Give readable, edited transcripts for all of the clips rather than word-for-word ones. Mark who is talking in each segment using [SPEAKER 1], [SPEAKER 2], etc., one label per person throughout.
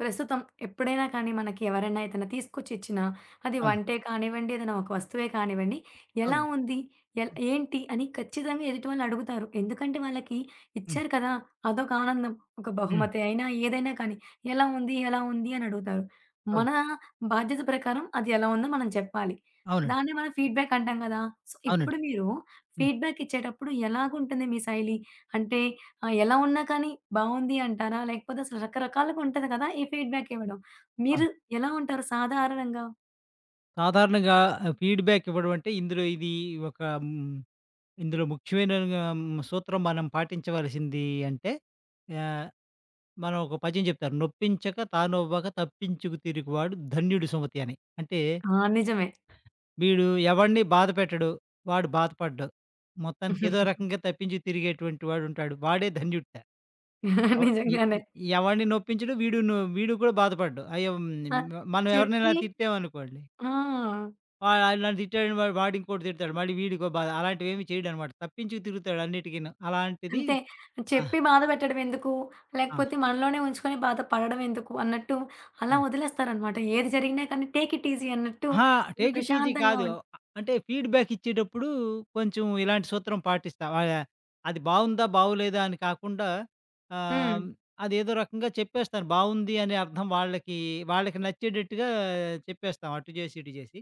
[SPEAKER 1] ప్రస్తుతం ఎప్పుడైనా కానీ మనకి ఎవరైనా ఏదైనా తీసుకొచ్చి ఇచ్చినా, అది
[SPEAKER 2] అవును.
[SPEAKER 1] వంటే కానివ్వండి, ఏదైనా ఒక వస్తువే కానివ్వండి, ఎలా
[SPEAKER 2] అవునండి.
[SPEAKER 1] ఉంది? ఎల్
[SPEAKER 2] హ్మ్.
[SPEAKER 1] ఏంటి? అని ఖచ్చితంగా ఎదుటివాళ్ళు అడుగుతారు. ఎందుకంటే వాళ్ళకి
[SPEAKER 2] హ్మ్.
[SPEAKER 1] ఇచ్చారు కదా! అదొక ఆనందం. ఒక
[SPEAKER 2] హ్మ్.
[SPEAKER 1] బహుమతి అయినా, ఏదైనా కానీ ఎలా ఉంది? ఎలా ఉంది? అని అడుగుతారు. మన
[SPEAKER 2] అవును.
[SPEAKER 1] బాధ్యత ప్రకారం అది ఎలా ఉందో మనం చెప్పాలి.
[SPEAKER 2] అవునండి.
[SPEAKER 1] దాన్నే మనం ఫీడ్‌బ్యాక్ అంటాం కదా! సో, ఇప్పుడు
[SPEAKER 2] అవునండి.
[SPEAKER 1] మీరు
[SPEAKER 2] హ్మ్.
[SPEAKER 1] ఫీడ్‌బ్యాక్ ఇచ్చేటప్పుడు ఎలాగుంటుంది మీ శైలి? అంటే ఆ! ఎలా ఉన్నా కానీ బావుంది అంటారా? లేకపోతే అసలు రకరకాలుగా ఉంటది కదా! ఈ ఫీడ్‌బ్యాక్ ఇవ్వడం. మీరు
[SPEAKER 2] అవును.
[SPEAKER 1] ఎలా ఉంటారు సాధారణంగా?
[SPEAKER 2] సాధారణంగా ఫీడ్‌బ్యాక్ ఇవ్వడం అంటే ఒక హ్మ్, ఇందులో ముఖ్యమైన సూత్రం మనం పాటించవలసింది అంటే ఆహ్, మనం ఒక పద్యం చెప్తారు. "నొప్పించక తానొవ్వక తప్పించుకు తిరుగువాడు ధన్యుడు సుమతి" అని. అంటే
[SPEAKER 1] ఆ! నిజమే.
[SPEAKER 2] వీడు ఎవడిని బాధ పెట్టడు. వాడు బాధపడడు. మొత్తానికి ఏదో రకంగా తప్పించి తిరిగేటువంటి వాడుంటాడు. వాడే ధన్యుడట. ఎవ ఎ
[SPEAKER 1] నిజంగానే.
[SPEAKER 2] ఎ ఎవడిని నొప్పించడు. వీడు కూడా బాధపడడు. అయ్యో! హ్మ్.
[SPEAKER 1] ఆ!
[SPEAKER 2] మనం ఎవరినైనా
[SPEAKER 1] చెప్పి
[SPEAKER 2] తిట్టామనుకోండి.
[SPEAKER 1] ఆ!
[SPEAKER 2] వాడు నన్ను తిట్టాడని వాడు వాడు ఇంకోటి తిడతాడు. మళ్ళీ వీడికో బాధ. అలాంటివేమి చేయడనమాట. తప్పించుకు తిరుగుతాడు అన్నిటికీను. అలాంటిది.
[SPEAKER 1] అంతే.
[SPEAKER 2] ఆ!
[SPEAKER 1] చెప్పి బాధ పెట్టడం ఎందుకు?
[SPEAKER 2] ఆ!
[SPEAKER 1] లేకపోతే మనలోనే ఉంచుకొని బాధ పడడం ఎందుకు? అన్నట్టు అలా
[SPEAKER 2] ఆ!
[SPEAKER 1] వదిలేస్తారనమాట. ఏది జరిగినా కానీ టేక్ ఇట్ ఈజీ అన్నట్టు
[SPEAKER 2] అహా! టేక్ ఇట్ ఈజీ
[SPEAKER 1] ప్రశాంతంగా
[SPEAKER 2] కాదు.
[SPEAKER 1] ఉం
[SPEAKER 2] అంటే ఫీడ్‌బ్యాక్ ఇచ్చేటప్పుడు కొంచెం ఇలాంటి సూత్రం పాటిస్తా. అది బావుందా? బాగోలేదా? అని కాకుండా,
[SPEAKER 1] హ్మ్.
[SPEAKER 2] ఆహ్, అదేదో రకంగా చెప్పేస్తాను. బావుంది అనే అర్థం వాళ్ళకి, వాళ్ళకి నచ్చేటట్టుగా చెప్పేస్తాం. అటు చేసి, ఇటు చేసి.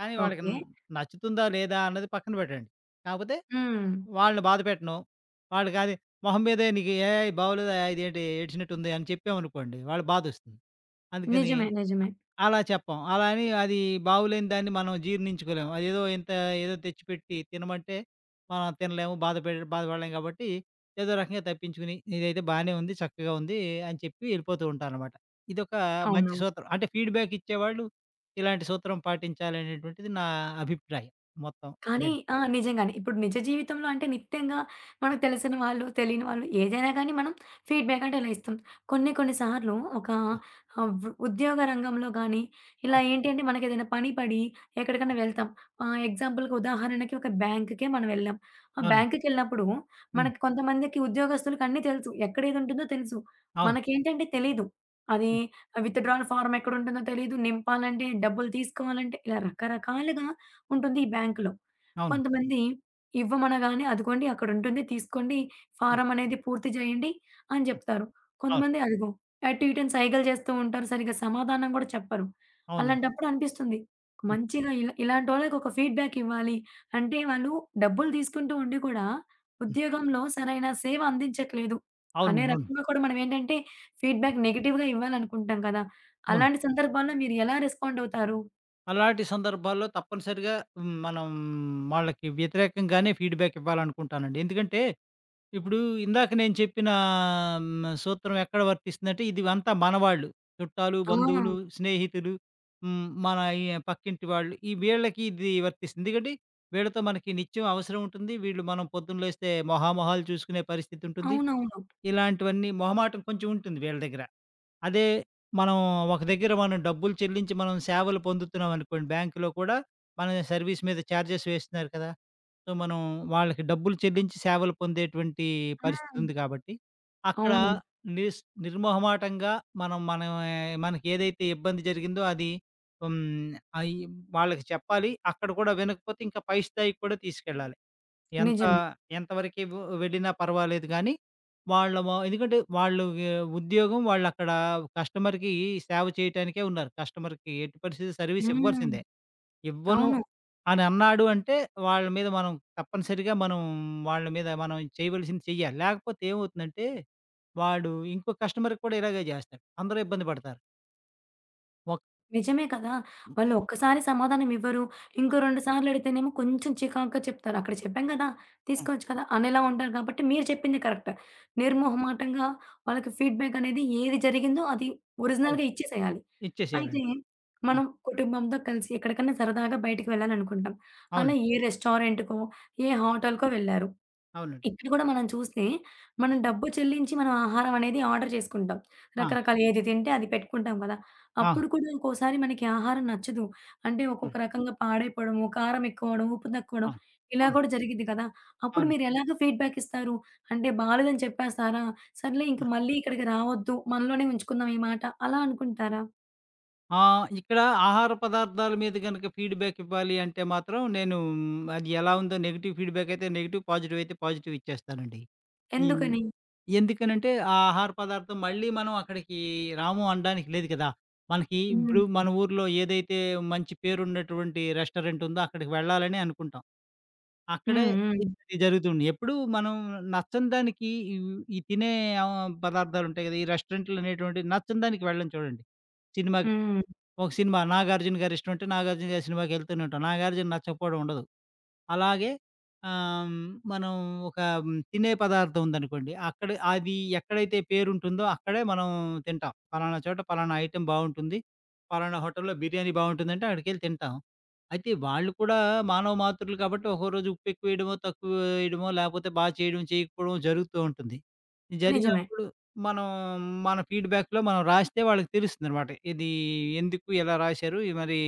[SPEAKER 2] కానీ వాళ్ళకి
[SPEAKER 1] ఓకే.
[SPEAKER 2] న్ నచ్చుతుందా? లేదా? అన్నది పక్కన పెట్టండి. కాకపోతే
[SPEAKER 1] హ్మ్.
[SPEAKER 2] వాళ్ళని బాధ పెట్టను. వాళ్ళకి అది మొహం మీదే నీకు "ఏయ్! బాగోలేదా? ఇదేంటి ఏడ్చినట్టుంది" అని చెప్పామనుకోండి వాళ్ళకి బాధొస్తుంది. అందుకని
[SPEAKER 1] నిజమే. నిజమే.
[SPEAKER 2] అలా చెప్పం. అలా అని అది బాగులేని దాన్ని మనం జీర్ణించుకోలేము. అదేదో ఇంత ఏదో తెచ్చిపెట్టి తినమంటే మనం తినలేము. బాధపడలేం కాబట్టి ఏదో రకంగా తప్పించుకుని ఇదైతే బానే ఉంది, చక్కగా ఉంది అని చెప్పి వెళ్ళిపోతూ ఉంటాననమాట. ఇదొక మంచి
[SPEAKER 1] అవునవును.
[SPEAKER 2] సూత్రం. అంటే ఫీడ్‌బ్యాక్ ఇచ్చేవాళ్ళు ఇలాంటి సూత్రం పాటించాలనేటువంటిది నా అభిప్రాయం మొత్తం.
[SPEAKER 1] కానీ
[SPEAKER 2] అదండి.
[SPEAKER 1] ఆ! నిజంగానే. ఇప్పుడు నిజ జీవితంలో అంటే నిత్యంగా మనకు తెలిసిన వాళ్ళు, తెలియని వాళ్ళు ఏదైనా గానీ మనం ఫీడ్‌బ్యాక్ అంటే ఇలా ఇస్తాం. కొన్ని కొన్ని సార్లు ఒక
[SPEAKER 2] ఆ!
[SPEAKER 1] ఆహ్, వ్ ఉద్యోగ రంగంలో గానీ, ఇలా
[SPEAKER 2] అవును.
[SPEAKER 1] ఏంటి అంటే మనకేదైనా పని పడి ఎక్కడికన్నా
[SPEAKER 2] అవును.
[SPEAKER 1] వెళ్తాం. ఆహ్, ఎగ్జాంపుల్‌కి ఉదాహరణకి ఒక బ్యాంక్‌కే మనం వెళ్ళాం. ఆ
[SPEAKER 2] అవును.
[SPEAKER 1] బ్యాంక్‌కెళ్ళినప్పుడు
[SPEAKER 2] హ్మ్.
[SPEAKER 1] మనకి కొంతమందికి ఉద్యోగస్తులకి అన్నీ తెలుసు. ఎక్కడ ఏది ఉంటుందో తెలుసు.
[SPEAKER 2] అవును.
[SPEAKER 1] మనకేంటంటే తెలీదు. అది
[SPEAKER 2] హ్మ్.
[SPEAKER 1] విత్‌డ్రాయల్ ఫార్మ్ ఎక్కడుంటుందో తెలీదు. నింపాలంటే, డబ్బులు తీసుకోవాలంటే ఇలా రకరకాలుగా ఉంటుంది ఈ బ్యాంక్‌లో.
[SPEAKER 2] అవును.
[SPEAKER 1] కొంతమంది ఇవ్వమనగానే అదిగోండి అక్కడుంటుంది తీసుకోండి,
[SPEAKER 2] హ్మ్.
[SPEAKER 1] ఫారం అనేది పూర్తి చేయండి అని
[SPEAKER 2] హ్మ్.
[SPEAKER 1] చెప్తారు.
[SPEAKER 2] అవును.
[SPEAKER 1] కొంతమంది అదిగో అటు ఇటు అని సైగలు చేస్తూ ఉంటారు. సరిగ్గా సమాధానం కూడా చెప్పరు.
[SPEAKER 2] అవునవును.
[SPEAKER 1] అలాంటప్పుడు అనిపిస్తుంది
[SPEAKER 2] హ్మ్.
[SPEAKER 1] మంచిగా ఇలా ఇలాంటోళ్ళకి ఒక ఫీడ్‌బ్యాక్ ఇవ్వాలి. అంటే వాళ్ళు డబ్బులు తీసుకుంటూ ఉండి కూడా
[SPEAKER 2] హ్మ్.
[SPEAKER 1] ఉద్యోగంలో సరైన సేవ అందించట్లేదు
[SPEAKER 2] అవును.
[SPEAKER 1] అనే
[SPEAKER 2] అవును.
[SPEAKER 1] రకంగా కూడా మనం ఏంటంటే ఫీడ్‌బ్యాక్ నెగెటివ్‌గా ఇవ్వాలనుకుంటాం కదా!
[SPEAKER 2] అవును.
[SPEAKER 1] అలాంటి సందర్భాల్లో మీరు ఎలా రెస్పాండ్ అవుతారు?
[SPEAKER 2] అలాంటి సందర్భాల్లో తప్పనిసరిగా మనం వాళ్ళకి వ్యతిరేకంగానే ఫీడ్‌బ్యాక్ ఇవ్వాలనుకుంటానండి. ఎందుకంటే, ఇప్పుడు ఇందాక నేను చెప్పిన సూత్రం ఎక్కడ వర్తిస్తుందంటే, ఇది అంతా మనవాళ్ళు. చుట్టాలు,
[SPEAKER 1] ఆ!
[SPEAKER 2] బంధువులు, స్నేహితులు, మన ఈ పక్కింటి వాళ్ళు. ఈ వీళ్ళకి ఇది వర్తిస్తుంది. ఎందుకంటే, వీళ్ళతో మనకి నిత్యం అవసరం ఉంటుంది. వీళ్ళు మనం పొద్దున్న లేస్తే మొహామొహాలు చూసుకునే పరిస్థితి ఉంటుంది.
[SPEAKER 1] అవునవును.
[SPEAKER 2] ఇలాంటివన్నీ మొహమాటం కొంచెం ఉంటుంది వీళ్ళ దగ్గర. అదే మనం ఒక దగ్గర మనం డబ్బులు చెల్లించి మనం సేవలు పొందుతున్నాం అనుకోండి, బ్యాంకులో కూడా మన సర్వీస్ మీద చార్జెస్ వేస్తున్నారు కదా! సో, మనం వాళ్ళకి డబ్బులు చెల్లించి సేవలు పొందేటువంటి పరిస్థితి
[SPEAKER 1] హ్మ్.
[SPEAKER 2] ఉంది కాబట్టి, అక్కడ
[SPEAKER 1] అవును.
[SPEAKER 2] నిర్మొహమాటంగా మనం మన మనకి ఏదైతే ఇబ్బంది జరిగిందో అది, హ్మ్. అయి వాళ్ళకి చెప్పాలి. అక్కడ కూడా వినకపోతే ఇంకా పై స్థాయికి కూడా తీసుకెళ్ళాలి. ఎంత
[SPEAKER 1] నిజమే.
[SPEAKER 2] ఎంతవరకి వెళ్ళినా పర్వాలేదు గానీ, వాళ్ళ వ ఎందుకంటే వాళ్ళు ఎ ఉద్యోగం వాళ్ళక్కడ కస్టమర్‌కి సేవ చేయటానికే ఉన్నారు. కస్టమర్‌కి ఎట్టి పరిస్థితి సర్వీస్
[SPEAKER 1] హ్మ్.
[SPEAKER 2] ఇవ్వాల్సిందే. ఇవ్వను
[SPEAKER 1] అవును.
[SPEAKER 2] అని అన్నాడు అంటే, వాళ్ళ మీద మనం తప్పనిసరిగా మనం వాళ్ళ మీద మనం చేయవలసింది చెయ్యాలి. లేకపోతే ఏమవుతుందంటే, వాడు ఇంకో కస్టమర్‌కి కూడా ఇలాగే జేస్తాడు. అందరూ ఇబ్బంది పడతారు. ఒక్
[SPEAKER 1] నిజమే కదా! వాళ్ళు ఒక్కసారి సమాధానం ఇవ్వరు.
[SPEAKER 2] ఆ!
[SPEAKER 1] ఇంకో 2 సార్లు అడిగితేనేమో కొంచెం చికాకుగా చెప్తారు. అక్కడ చెప్పాం కదా!
[SPEAKER 2] హ్మ్.
[SPEAKER 1] తీసుకోవచ్చు కదా! అనేలా ఉంటారు కాబట్టి మీరు చెప్పింది కరెక్ట్. నిర్మొహమాటంగా వాళ్ళకి ఫీడ్‌బ్యాక్ అనేది ఏది జరిగిందో అది
[SPEAKER 2] అవును.
[SPEAKER 1] ఒరిజినల్‌గా ఇచ్చేసేయాలి.
[SPEAKER 2] ఇచ్చేసేయాలండి.
[SPEAKER 1] అయితే
[SPEAKER 2] ఆ!
[SPEAKER 1] మనం కుటుంబంతో కలిసి ఎక్కడికన్నా సరదాగా బయటికి వెళ్ళాలనుకుంటాం.
[SPEAKER 2] అవును.
[SPEAKER 1] అలా ఏ రెస్టారెంట్‌కో, ఏ హోటల్‌కో వెళ్లారు.
[SPEAKER 2] అవునండి.
[SPEAKER 1] ఇక్కడ కూడా మనం చూస్తే, మనం డబ్బు చెల్లించి మనం ఆహారం అనేది ఆర్డర్ చేసుకుంటాం.
[SPEAKER 2] ఆ!
[SPEAKER 1] రకరకాల ఏది తింటే అది పెట్టుకుంటాం కదా!
[SPEAKER 2] ఆ!
[SPEAKER 1] అప్పుడు కూడా ఇంకోసారి మనకి ఆహారం నచ్చదు. అంటే
[SPEAKER 2] హ్మ్.
[SPEAKER 1] ఒక్కొక్క రకంగా పాడైపోవడము, కారం ఎక్కువవడం, ఉప్పు తక్కువడం
[SPEAKER 2] అవును.
[SPEAKER 1] ఇలా
[SPEAKER 2] అవును.
[SPEAKER 1] కూడా జరిగిద్ది కదా! అప్పుడు
[SPEAKER 2] అవును. ఆ!
[SPEAKER 1] మీరు ఎలాగ ఫీడ్‌బ్యాక్ ఇస్తారు? అంటే బాలేదని చెప్పేస్తారా? సర్లే ఇంక మళ్ళీ ఇక్కడికి రావద్దు. మనలోనే ఉంచుకుందాం ఈ మాట అలా అనుకుంటారా?
[SPEAKER 2] ఆ! ఇక్కడ ఆహార పదార్థాల మీద గనక ఫీడ్‌బ్యాక్ ఇవ్వాలి అంటే మాత్రం నేను అది ఎలా ఉందో నెగెటివ్ ఫీడ్‌బ్యాక్ అయితే నెగెటివ్, పాజిటివ్ అయితే పాజిటివ్ ఇచ్చేస్తానండి. ఈ
[SPEAKER 1] ఎందుకని?
[SPEAKER 2] ఎందుకనంటే ఆ ఆహార పదార్థం మళ్ళీ మనం అక్కడికి రాము అనడానికి లేదు కదా! మనకి ఇప్పుడు
[SPEAKER 1] హ్మ్.
[SPEAKER 2] మన ఊర్లో ఏదైతే మంచి పేరున్నటువంటి రెస్టారెంట్ ఉందో అక్కడికి వెళ్ళాలని అనుకుంటాం. అక్కడే
[SPEAKER 1] హ్మ్. హ్మ్.
[SPEAKER 2] ఇది జరుగుతుంది. ఎప్పుడు మనం నచ్చని దానికి ఈ ఈ తినే పదార్థాలుంటాయి కదా! ఈ రెస్టారెంట్‌లనేటువంటివి నచ్చని దానికి వెళ్ళం చూడండి. సినిమా
[SPEAKER 1] హ్మ్.
[SPEAKER 2] ఒక సినిమా 'నాగార్జున' గారి ఇష్టం ఉంటే 'నాగార్జున' గారి సినిమాకెళ్తూనే ఉంటాం. 'నాగార్జున' నచ్చకపోవడం ఉండదు. అలాగే ఆహ్, హ్మ్, మనం ఒక తినే పదార్థం ఉందనుకోండి. అక్కడ అది ఎక్కడైతే పేరుంటుందో అక్కడే మనం తింటాం. పలానా చోట పలానా ఐటెమ్ బావుంటుంది. పలానా హోటల్‌లో బిర్యానీ బావుంటుందంటే అక్కడికెళ్ళి తింటాం. అయితే వాళ్ళు కూడా మానవ మాత్రులు కాబట్టి ఒక్కో రోజు ఉప్పెక్కువేయడమో, తక్కువేయడమో, లేపోతే బా చేయడం, చేయకపోవడం జరుగుతూ ఉంటుంది.
[SPEAKER 1] నిజమే.
[SPEAKER 2] జరిగినప్పుడు మనం మన ఫీడ్‌బ్యాక్‌లో మనం రాస్తే వాళ్ళకి తెలుస్తుందనమాట. ఇది ఎందుకు, ఎలా రాశారు? ఇది మరి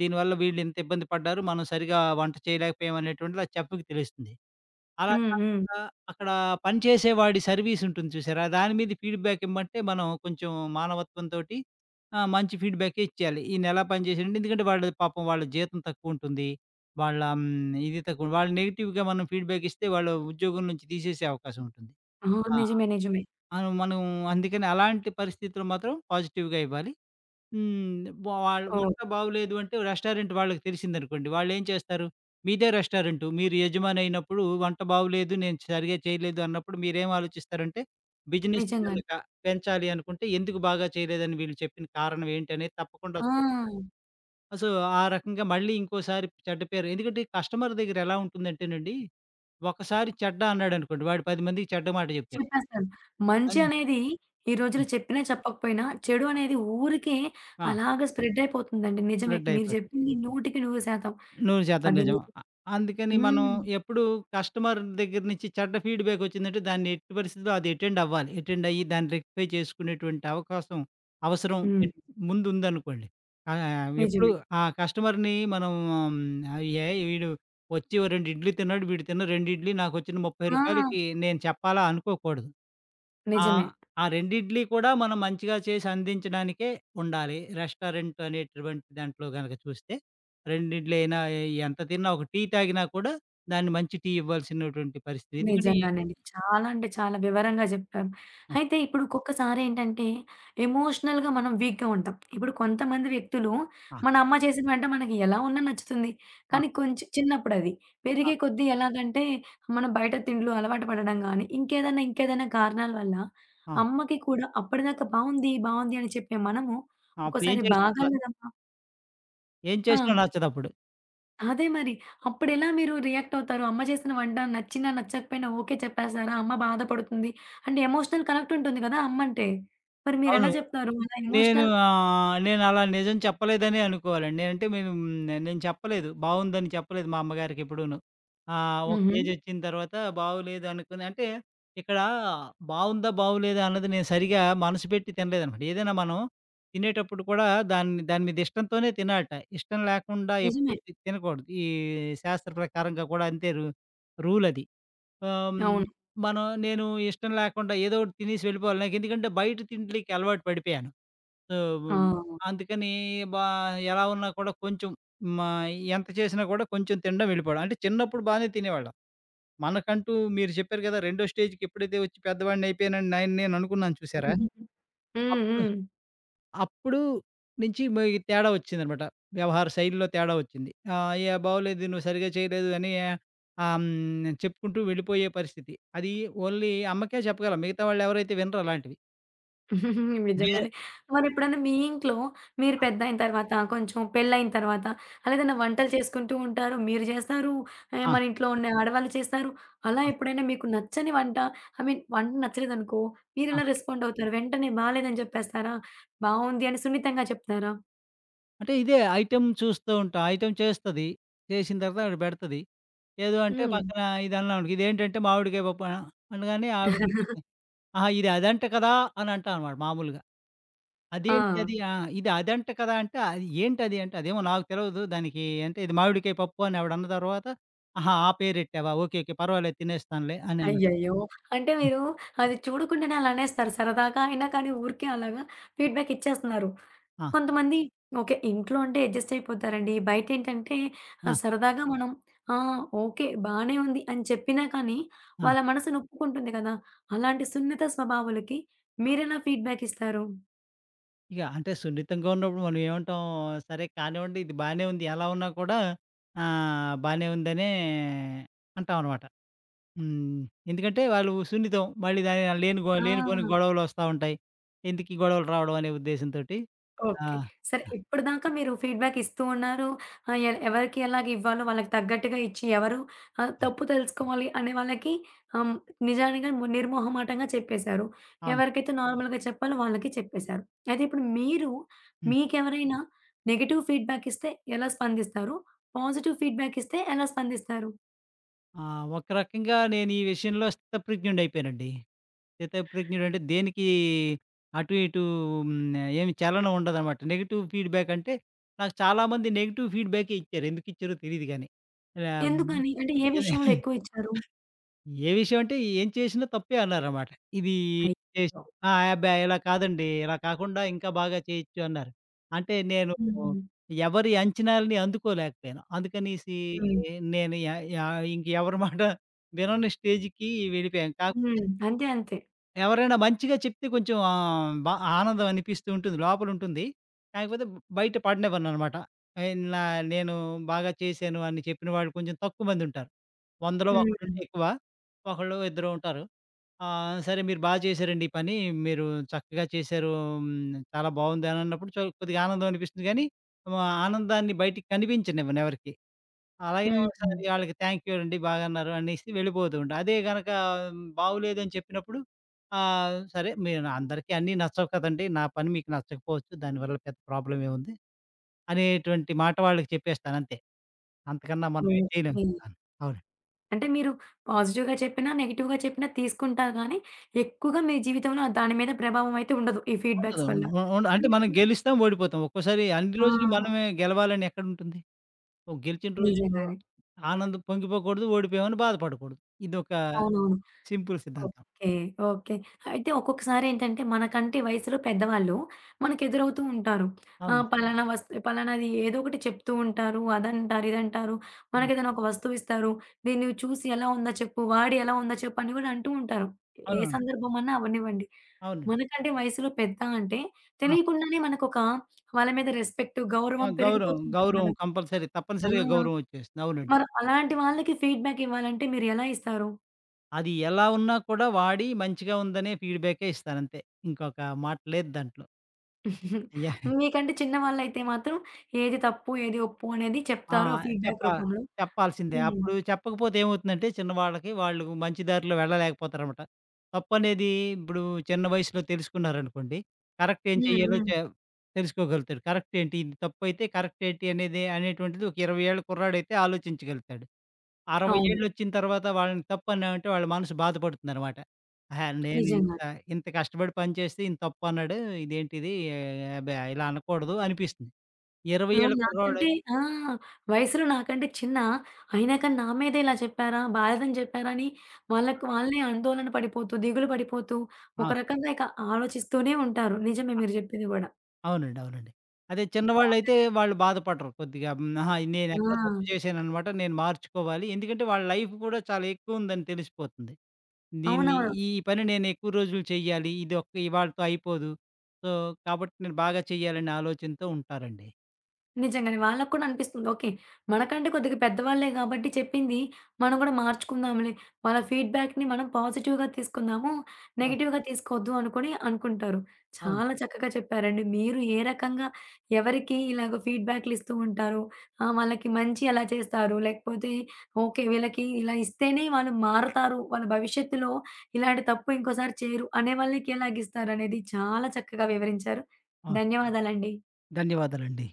[SPEAKER 2] దీనివల్ల వీళ్ళింత ఇబ్బంది పడ్డారు. మనం సరిగా వంట చేయలేకపోయాం అనేటువంటిది ఆ చెఫ్‌కి తెలుస్తుంది. అలా
[SPEAKER 1] హ్మ్. హ్మ్.
[SPEAKER 2] కాకుండా అక్కడ పనిచేసేవాడి సర్వీసుంటుంది చూసారా? దాని మీద ఫీడ్‌బ్యాక్ ఇమ్మంటే మనం కొంచెం మానవత్వంతోటి, ఆ! మంచి ఫీడ్‌బ్యాకే ఇచ్చేయాలి. ఈయనెలా పని చేసాడంటే ఎందుకంటే వాళ్ళు పాపం వాళ్ళ జీతం తక్కువుంటుంది. వాళ్ళ ఇది తక్కువ వాళ్ళు, నెగెటివ్‌గా మనం ఫీడ్‌బ్యాక్ ఇస్తే వాళ్ళు ఉద్యోగం నుంచి తీసేసే అవకాశం ఉంటుంది.
[SPEAKER 1] ఆ!
[SPEAKER 2] ఆ!
[SPEAKER 1] నిజమే. నిజమే.
[SPEAKER 2] ఆ! మనం అందుకని అలాంటి పరిస్థితులు మాత్రం పాజిటివ్‌గా ఇవ్వాలి. హ్మ్. వాళ్ళ
[SPEAKER 1] ఓహ్!
[SPEAKER 2] వంట బాగోలేదు అంటే రెస్టారెంట్ వాళ్ళకి తెలిసిందనుకోండి. వాళ్ళేం చేస్తారు? మీదే రెస్టారెంటు. మీరు యజమాని అయినప్పుడు వంట బాగోలేదు, నేను సరిగ్గా చేయలేదు అన్నప్పుడు మీరేం ఆలోచిస్తారంటే, బిజినెస్
[SPEAKER 1] నిజంగానే.
[SPEAKER 2] గనక పెంచాలి అనుకుంటే ఎందుకు బాగా చేయలేదని వీళ్ళు చెప్పిన కారణం ఏంటనేది తప్పకుండా
[SPEAKER 1] ఆ!
[SPEAKER 2] చూ. సో, ఆ రకంగా మళ్ళీ ఇంకోసారి చెడ్డ పేరు, ఎందుకంటే కస్టమర్ దగ్గర ఎలా ఉంటుందంటేనండి, ఒకసారి చెడ్డ అన్నాడనుకోండి, వాడు 10 మందికి చెడ్డ మాట చెప్తాడు.
[SPEAKER 1] చెప్పేస్తారు. మంచి
[SPEAKER 2] మళ్ళీ
[SPEAKER 1] అనేది ఈ రోజుల్లో
[SPEAKER 2] హ్మ్.
[SPEAKER 1] చెప్పినా చెప్పకపోయినా, చెడు అనేది ఊరికే
[SPEAKER 2] ఆ!
[SPEAKER 1] అలాగ స్ప్రెడ్ అయిపోతుందండి. నిజమే.
[SPEAKER 2] స్ప్రెడ్
[SPEAKER 1] మీరు
[SPEAKER 2] అయిపోతుంది.
[SPEAKER 1] చెప్పింది 100కి 100%
[SPEAKER 2] 100%
[SPEAKER 1] అది
[SPEAKER 2] నిజం.
[SPEAKER 1] నిజం.
[SPEAKER 2] అందుకని మనం
[SPEAKER 1] హ్మ్.
[SPEAKER 2] ఎప్పుడూ కస్టమర్ దగ్గర నుంచి చెడ్డ ఫీడ్‌బ్యాక్ వచ్చిందంటే దాన్ని ఎట్టి పరిస్థితిలో అది అటెండ్ అవ్వాలి. అటెండ్ అయ్యి దాన్ని రెక్టిఫై చేసుకునేటువంటి అవకాశం, అవసరం
[SPEAKER 1] హ్మ్.
[SPEAKER 2] ఎట్ ముందుందనుకోండి. ఆహ్, ఎప్పుడు
[SPEAKER 1] నిజమే.
[SPEAKER 2] ఆ కస్టమర్‌ని మనం, ఆహ్, ఏ వీడు వచ్చి ఓ 2 ఇడ్లీ తిన్నాడు. వీడు తిన్న 2 ఇడ్లీ నాకొచ్చిన ₹30కి
[SPEAKER 1] ఆ!
[SPEAKER 2] నేను చెప్పాలా అనుకోకూడదు. ఆ!
[SPEAKER 1] నిజమే.
[SPEAKER 2] ఆ రెండిడ్లీ కూడా మనం మంచిగా చేసి అందించడానికే ఉండాలి. రెస్టారెంట్ అనేటటువంటి దాంట్లో గనక చూస్తే, రెండిడ్లీ అయినా ఎంత తిన్నా, ఒక టీ తాగినా కూడా దాన్ని మంచి టీ ఇవ్వాల్సినటువంటి పరిస్థితి. ఎందుకంటే ఈ.
[SPEAKER 1] నిజంగానండి. చాలా అంటే చాలా వివరంగా చెప్పారు.
[SPEAKER 2] ఆ!
[SPEAKER 1] అయితే ఇప్పుడు ఒక్కొక్కసారి ఏంటంటే, ఎమోషనల్‌గా మనం వీక్‌గా ఉంటాం. ఇప్పుడు కొంతమంది వ్యక్తులు
[SPEAKER 2] ఆ!
[SPEAKER 1] మన అమ్మ చేసిన వంట మనకి ఎలా ఉన్నా నచ్చుతుంది.
[SPEAKER 2] ఆ!
[SPEAKER 1] కానీ కొంచెం చిన్నప్పుడది.
[SPEAKER 2] ఆ!
[SPEAKER 1] పెరిగే కొద్దీ ఎలాగంటే, మనం బయట తిండ్లు అలవాటు పడడం గానీ, ఇంకేదైనా ఇంకేదైనా కారణాల వల్ల
[SPEAKER 2] ఆ!
[SPEAKER 1] అమ్మకి కూడా అప్పటిదాకా బావుంది, బావుంది అని చెప్పే మనము
[SPEAKER 2] అప్పుడు ఏం
[SPEAKER 1] ఒక్కోసారి
[SPEAKER 2] చేసినా నచ్చదు.
[SPEAKER 1] బాగాలేదమ్మా
[SPEAKER 2] ఏం
[SPEAKER 1] ఆ!
[SPEAKER 2] చేసినా నచ్చదప్పుడు.
[SPEAKER 1] అదే మరి. అప్పుడెలా మీరు రియాక్ట్ అవుతారు? అమ్మ చేసిన వంట నచ్చినా, నచ్చకపోయినా ఓకే చెప్పేస్తారా? అమ్మ బాధపడుతుంది. అంటే ఎమోషనల్ కనెక్ట్ ఉంటుంది కదా అమ్మంటే. మరి మీరెలా
[SPEAKER 2] అవును.
[SPEAKER 1] చెప్తారు? అలా
[SPEAKER 2] నేను,
[SPEAKER 1] ఎమోషనల్
[SPEAKER 2] నేనలా నిజం చెప్పలేదనే అనుకోవాలండి. నేనంటే మేము, నేను చెప్పలేదు. బావుందని చెప్పలేదు మా అమ్మగారికి ఎప్పుడూను. ఒక
[SPEAKER 1] హుహు.
[SPEAKER 2] ఏజొచ్చిన తర్వాత బాగోలేదు అనుకుని అంటే ఇక్కడ బావుందా? బాగోలేదా? అన్నది నేను సరిగా మనసు పెట్టి తినలేదనమాట. ఏదైనా మనం తినేటప్పుడు కూడా దాన్ని, దాని మీద ఇష్టంతోనే తినాలట. ఇష్టం లేకుండా ఎప్పుడు
[SPEAKER 1] నిజమే.
[SPEAKER 2] తినకూడదు. ఈ శాస్త్ర ప్రకారంగా కూడా అంతే రూలది. ఆహ్, హ్మ్,
[SPEAKER 1] అవును.
[SPEAKER 2] నేను ఇష్టం లేకుండా ఏదో ఒకటి తినేసి వెళ్ళిపోవాలి. నాకెందుకంటే బయట తిండ్లకి అలవాటు పడిపోయాను. సో,
[SPEAKER 1] ఆ!
[SPEAKER 2] అందుకని బా ఎలా ఉన్నా కూడా కొంచెం, మా ఎంత చేసినా కూడా కొంచెం తినడం వెళ్ళిపోవడం. అంటే చిన్నప్పుడు బానే తినేవాళ్ళం. మనకంటూ మీరు చెప్పారు కదా! రెండో స్టేజ్‌కి ఎప్పుడైతే వచ్చి పెద్దవాడిని అయిపోయానని నేను నేను అనుకున్నాను చూసారా?
[SPEAKER 1] హ్మ్.
[SPEAKER 2] అప్పుడు,
[SPEAKER 1] హ్మ్.
[SPEAKER 2] అప్పుడు నుంచి ఈ తేడా వచ్చిందనమాట. వ్యవహార శైలిలో తేడా వచ్చింది. "ఏ బాగోలేదు, నువ్వు సరిగ్గా చేయలేదు" అని చెప్పుకుంటూ వెళ్ళిపోయే పరిస్థితి. అది ఓన్లీ అమ్మకే చెప్పగలం. మిగతా వాళ్ళెవరైతే వినరు అలాంటివి. వేరే.
[SPEAKER 1] నిజంగానే. మరెప్పుడన్నా మీ ఇంట్లో మీరు
[SPEAKER 2] ఆ!
[SPEAKER 1] పెద్దయిన తర్వాత, కొంచెం పెళ్ళయిన తర్వాత అలా ఏదైనా వంటలు చేసుకుంటూ ఉంటారు. మీరు చేస్తారు.
[SPEAKER 2] ఆ!
[SPEAKER 1] మన ఇంట్లో ఉన్న ఆడవాళ్ళు చేస్తారు. అలా
[SPEAKER 2] ఆ!
[SPEAKER 1] ఎప్పుడైనా మీకు నచ్చని వంట ఐ మీన్ వంట నచ్చలేదనుకో, మీరెలా రెస్పాండ్ అవుతారు? వెంటనే బాలేదని చెప్పేస్తారా? బావుంది అని సున్నితంగా చెప్తారా?
[SPEAKER 2] అంటే ఇదే ఐటెమ్ చూస్తూ ఉంటాం. ఐటెమ్ చేస్తది. చేసిన తర్వాత ఆవిడ పెడతది. లేదు అంటే
[SPEAKER 1] హ్మ్.
[SPEAKER 2] పక్కన, ఇది అన్నామనుకో ఇదేంటంటే మామిడికాయ పప్పు, అనగానే ఆవిడకి చెప్పి "ఆహా! ఇది అదంట కదా!" అని అంటాం అనమాట మామూలుగా.
[SPEAKER 1] ఆ!
[SPEAKER 2] అదేంటి అది? ఆ! ఇది అదంట కదా! అంటే అది ఏంటది అంటే అదేమో నాకు తెలవదు. దానికి అంటే ఇది మామిడికాయ పప్పు అని ఆవిడ అన్న తర్వాత "ఆహా! ఆ పేరెట్టావా? ఓకే. ఓకే. పర్వాలేదు తినేస్తానులే" అని అన్నా.
[SPEAKER 1] అయ్యయ్యో! అంటే మీరు అది చూడకుండానే అలా అనేస్తారు. సరదాగా అయినా కానీ ఊరికే అలాగా ఫీడ్‌బ్యాక్ ఇచ్చేస్తున్నారు.
[SPEAKER 2] ఆ!
[SPEAKER 1] కొంతమంది ఓకే. ఇంట్లో అంటే అడ్జస్ట్ అయిపోతారండి. బయటేంటంటే
[SPEAKER 2] ఆ!
[SPEAKER 1] సరదాగా మనం ఆ! ఓకే. బానే ఉంది అని చెప్పినా కానీ
[SPEAKER 2] ఆ!
[SPEAKER 1] వాళ్ళ మనసు నొప్పుకుంటుంది కదా! అలాంటి సున్నిత స్వభావులకి మీరెలా ఫీడ్‌బ్యాక్ ఇస్తారు?
[SPEAKER 2] ఇక అంటే సున్నితంగా ఉన్నప్పుడు మనం ఏమంటాం, సరే కానివ్వండి ఇది బానే ఉంది. ఎలా ఉన్నా కూడా బానే ఉందనే అంటామనమాట. హ్మ్. ఎందుకంటే వాళ్ళు సున్నితం. మళ్ళీ దాని లేని గొ లేనిపోని
[SPEAKER 1] ఆ!
[SPEAKER 2] గొడవలొస్తా ఉంటాయి. ఎందుకీ గొడవలు రావడం అనే ఉద్దేశంతోటి. ఆ!
[SPEAKER 1] ఓకే. సరే ఇప్పటిదాకా మీరు ఫీడ్‌బ్యాక్ ఇస్తూ ఉన్నారు. ఆహ్, ఎ ఎవరికి ఎలాగ ఇవ్వాలో వాళ్ళకి తగ్గట్టుగా ఇచ్చి, ఎవరు తప్పు తెలుసుకోవాలి అనే వాళ్ళకి ఆహ్, నిజానిగా నిర్మొహమాటంగా చెప్పేశారు.
[SPEAKER 2] అవును.
[SPEAKER 1] ఎవరికైతే నార్మల్‌గా చెప్పాలో వాళ్ళకి చెప్పేశారు. అయితే ఇప్పుడు మీరు
[SPEAKER 2] హ్మ్.
[SPEAKER 1] మీకెవరైనా నెగెటివ్ ఫీడ్‌బ్యాక్ ఇస్తే ఎలా స్పందిస్తారు? పాజిటివ్ ఫీడ్‌బ్యాక్ ఇస్తే ఎలా స్పందిస్తారు?
[SPEAKER 2] ఆ! ఒక రకంగా నేను ఈ విషయంలో స్థితప్రజ్ఞుడయిపోయానండి. స్థితప్రజ్ఞుడంటే దేనికి అటు ఇటు ఏమి చలనం ఉండదనమాట. నెగెటివ్ ఫీడ్‌బ్యాక్ అంటే నాకు చాలామంది నెగెటివ్ ఫీడ్‌బ్యాకే ఇచ్చారు. ఎందుకిచ్చారో తెలీదు గానీ. ఇలా హ్మ్.
[SPEAKER 1] ఎందుకని? అంటే ఏ
[SPEAKER 2] ఏది
[SPEAKER 1] విషయంలో ఎక్కువ ఇచ్చారు?
[SPEAKER 2] ఏ విషయం అంటే ఏం చేసినా తప్పే అన్నారన్నమాట. ఇది టేస్ట్.
[SPEAKER 1] అయ్యో!
[SPEAKER 2] ఆ! అబ్బా! ఇలా కాదండి. ఇలా కాకుండా ఇంకా బాగా చేయొచ్చు అన్నారు. అంటే నేను
[SPEAKER 1] హ్మ్.
[SPEAKER 2] ఎవరి అంచనాలని అందుకోలేకపోయాను. అందుకనేసి
[SPEAKER 1] హ్మ్.
[SPEAKER 2] నేను య య ఇంకెవరి మాట వినని స్టేజ్‌కి వెళ్ళిపోయాను.
[SPEAKER 1] హ్మ్. అంతే. అంతే.
[SPEAKER 2] ఎవరైనా మంచిగా చెప్తే కొంచెం, ఆహ్, బా ఆనందం అనిపిస్తూ ఉంటుంది. లోపలుంటుంది. కాకపోతే బయట పాడనివ్వననమాట. ఆహ్, నా నేను బాగా చేశాను అని చెప్పిన వాళ్ళు కొంచెం తక్కువ మందుంటారు. 100లో
[SPEAKER 1] హ్మ్.
[SPEAKER 2] ఒకడుంటే ఎక్కువ. ఒకళ్ళో ఇద్దరో ఉంటారు. సరే మీరు బా చేశారండి ఈ పని. మీరు చక్కగా చేశారు. హ్మ్. చాలా బావుంది అనన్నప్పుడు కొద్దిగా ఆనందం అనిపిస్తుంది గానీ, ఆహ్, ఆనందాన్ని బయటికి కనిపించనివ్వను ఎవరికీ. అలాగే
[SPEAKER 1] హ్మ్.
[SPEAKER 2] ఒకసారి ఆళ్ళకి థాంక్ యూ అండి బాగన్నారు అనేసి వెళ్ళిపోతూ ఉంటా. అదే గనక బాగోలేదని చెప్పినప్పుడు సరే మీరు అందరికీ అన్నీ నచ్చవు కదండీ! నా పని మీకు నచ్చకపోవచ్చు. దానివల్ల పెద్ద ప్రాబ్లమ్ ఏముంది అనేటువంటి మాట వాళ్ళకి చెప్పేస్తాను అంతే. అంతకన్నా మనం ఏం చేయలేం.
[SPEAKER 1] ఓకే.
[SPEAKER 2] అవును. అవును.
[SPEAKER 1] అంటే మీరు పాజిటివ్‌గా చెప్పినా, నెగెటివ్‌గా చెప్పినా తీసుకుంటారు గానీ, ఎక్కువగా మీ జీవితంలో దాని మీద ప్రభావం అయితే ఉండదు ఈ
[SPEAKER 2] ఉండదు.
[SPEAKER 1] ఫీడ్‌బ్యాక్స్ వల్ల.
[SPEAKER 2] ఉ ఉండ
[SPEAKER 1] మరి
[SPEAKER 2] అంటే మనం
[SPEAKER 1] ఎప్పుడైనా
[SPEAKER 2] గెలుస్తాం, ఓడిపోతాం. ఒక్కోసారి అన్ని
[SPEAKER 1] ఆ!
[SPEAKER 2] రోజులు మనమే గెలవాలని ఎక్కడుంటుంది? ఓ గెలిచిన రోజు
[SPEAKER 1] నిజంగానే.
[SPEAKER 2] ఆనందం పొంగిపోకూడదు, ఓడిపోయామని బాధపడకూడదు. ఇదొక
[SPEAKER 1] అవునవును.
[SPEAKER 2] సింపుల్ సిద్ధాంతం.
[SPEAKER 1] ఓకే. ఓకే. అయితే ఒక్కొక్కసారేంటంటే మనకంటే వయసులో పెద్దవాళ్ళు మనకెదురవుతూ ఉంటారు.
[SPEAKER 2] అవును.
[SPEAKER 1] పలానా వస్తు పలానాది ఏదో ఒకటి చెప్తూ ఉంటారు. అదంటారు, ఇదంటారు.
[SPEAKER 2] ఆ!
[SPEAKER 1] మనకేదైనా ఒక వస్తువిస్తారు. "దీన్ని నువ్వు చూసి ఎలా ఉందో చెప్పు, వాడి ఎలా ఉందో చెప్పు" అని గూడా అంటూ ఉంటారు. ఏ
[SPEAKER 2] అవునవును.
[SPEAKER 1] సందర్భమన్నా అవ్వనివ్వండి.
[SPEAKER 2] అవునండి.
[SPEAKER 1] మనకంటే వయసులో పెద్ద అంటే
[SPEAKER 2] ఆ!
[SPEAKER 1] తెలియకుండానే మనకొక వాళ్ళ మీద రెస్పెక్ట్,
[SPEAKER 2] ఆ!
[SPEAKER 1] గౌరవం
[SPEAKER 2] గౌరవం.
[SPEAKER 1] పెరిగిపోతుంటుంది
[SPEAKER 2] గౌరవం
[SPEAKER 1] గదా!
[SPEAKER 2] కంపల్సరీ.
[SPEAKER 1] ఆ!
[SPEAKER 2] తప్పనిసరిగా గౌరవం వచ్చేస్తుంది. అవునండి.
[SPEAKER 1] మరి అలాంటి వాళ్ళకి ఫీడ్‌బ్యాక్ ఇవ్వాలంటే మీరెలా ఇస్తారు?
[SPEAKER 2] అది ఎలా ఉన్నా కూడా వాడి మంచిగా ఉందనే ఫీడ్‌బ్యాకే ఇస్తానంతే. ఇంకొక మాట లేదు దాంట్లో. యాహ్!
[SPEAKER 1] మీకంటే చిన్నవాళ్ళైతే మాత్రం ఏది తప్పు, ఏది ఒప్పు అనేది
[SPEAKER 2] ఆ!
[SPEAKER 1] చెప్తారు ఆ ఫీడ్‌బ్యాక్
[SPEAKER 2] చెప్పా
[SPEAKER 1] రూపంలో.
[SPEAKER 2] చెప్పాల్సిందే.
[SPEAKER 1] హ్మ్.
[SPEAKER 2] అప్పుడు చెప్పకపోతే ఏమవుతుందంటే చిన్నవాళ్ళకి వాళ్ళు మంచి దారిలో వెళ్ళలేకపోతారన్నమాట. తప్పనేది ఇప్పుడు చిన్న వయసులో తెలుసుకున్నారనుకోండి, కరెక్ట్ ఏం
[SPEAKER 1] హ్మ్.
[SPEAKER 2] చెయ్యాలో
[SPEAKER 1] హ్మ్.
[SPEAKER 2] తెలుసుకోగలుగుతాడు. కరెక్ట్ ఏంటి? ఇది తప్పైతే కరెక్ట్ ఏంటి అనేది అనేటువంటిది ఒక 20 ఏళ్ల కుర్రాడైతే ఆలోచించగలుగుతాడు. 60
[SPEAKER 1] అవును.
[SPEAKER 2] ఏళ్ళొచ్చిన తర్వాత వాళ్ళని తప్పన్నామంటే వాళ్ళ మనసు బాధపడుతుందనమాట. ఆహా! నేనింత
[SPEAKER 1] నిజంగానే.
[SPEAKER 2] ఇంత ఇంత కష్టపడి పనిచేస్తే ఈయన తప్పన్నాడు. ఇదేంటిది అబ్బా! ఇలా అనకూడదు అనిపిస్తుంది. 20
[SPEAKER 1] ఆ!
[SPEAKER 2] ఏళ్ళ
[SPEAKER 1] నాకంటే
[SPEAKER 2] కుర్రోడైతే.
[SPEAKER 1] ఆ! వయసులో నాకంటే చిన్న, అయినా కానీ నా మీదే ఇలా చెప్పారా? బాలేదని చెప్పారా? అని వాళ్ళకి వాళ్ళే ఆందోళన పడిపోతూ, దిగులు పడిపోతూ, ఒక
[SPEAKER 2] ఆ!
[SPEAKER 1] రకంగా ఇక ఆలోచిస్తూనే ఉంటారు. నిజమే మీరు చెప్పింది గూడా.
[SPEAKER 2] అవునండి. అవునండి. అదే
[SPEAKER 1] బావుందండి.
[SPEAKER 2] చిన్నవాళ్ళైతే వాళ్ళు బాధపడరు కొద్దిగా. హ్మ్. ఆహా! నేనెక్కడో తప్పు
[SPEAKER 1] ఆ!
[SPEAKER 2] చేశాననమాట. నేను మార్చుకోవాలి. ఎందుకంటే వాళ్ళ లైఫ్ కూడా చాలా ఎక్కువుందని తెలిసిపోతుంది. దీన్ని
[SPEAKER 1] అవునవును.
[SPEAKER 2] ఈ పని నేనెక్కువ రోజులు చెయ్యాలి. ఇదొక్క ఇవాళతో అయిపోదు. సో, కాబట్టి నేను బాగా చెయ్యాలనే ఆలోచనతో ఉంటారండి.
[SPEAKER 1] నిజంగానే. వాళ్ళకి కూడా అనిపిస్తుంది. ఓకే. మనకంటే కొద్దిగా పెద్దవాళ్ళే గాబట్టి చెప్పింది మనం గూడా మార్చుకుందాంలే. వాళ్ళ ఫీడ్‌బ్యాక్‌ని మనం పాజిటివ్‌గా తీసుకుందాము.
[SPEAKER 2] ఆ!
[SPEAKER 1] నెగెటివ్‌గా తీసుకోవద్దు అనుకుని అనుకుంటారు.
[SPEAKER 2] అవును.
[SPEAKER 1] చాలా చక్కగా చెప్పారండి. మీరు ఏ రకంగా ఎవరికి ఇలాగ ఫీడ్‌బ్యాక్‌లు ఇస్తూ ఉంటారు? వాళ్ళకి మంచి ఎలా చేస్తారు? లేకపోతే ఓకే. వీళ్ళకి ఇలా ఇస్తేనే వాళ్ళు మారతారు. వాళ్ళ భవిష్యత్తులో ఇలాంటి తప్పు ఇంకోసారి చేయరు అనే వాళ్ళకి ఎలాగిస్తారనేది చాలా చక్కగా వివరించారు.
[SPEAKER 2] అవును.
[SPEAKER 1] ధన్యవాదాలండి.
[SPEAKER 2] ధన్యవాదాలండి.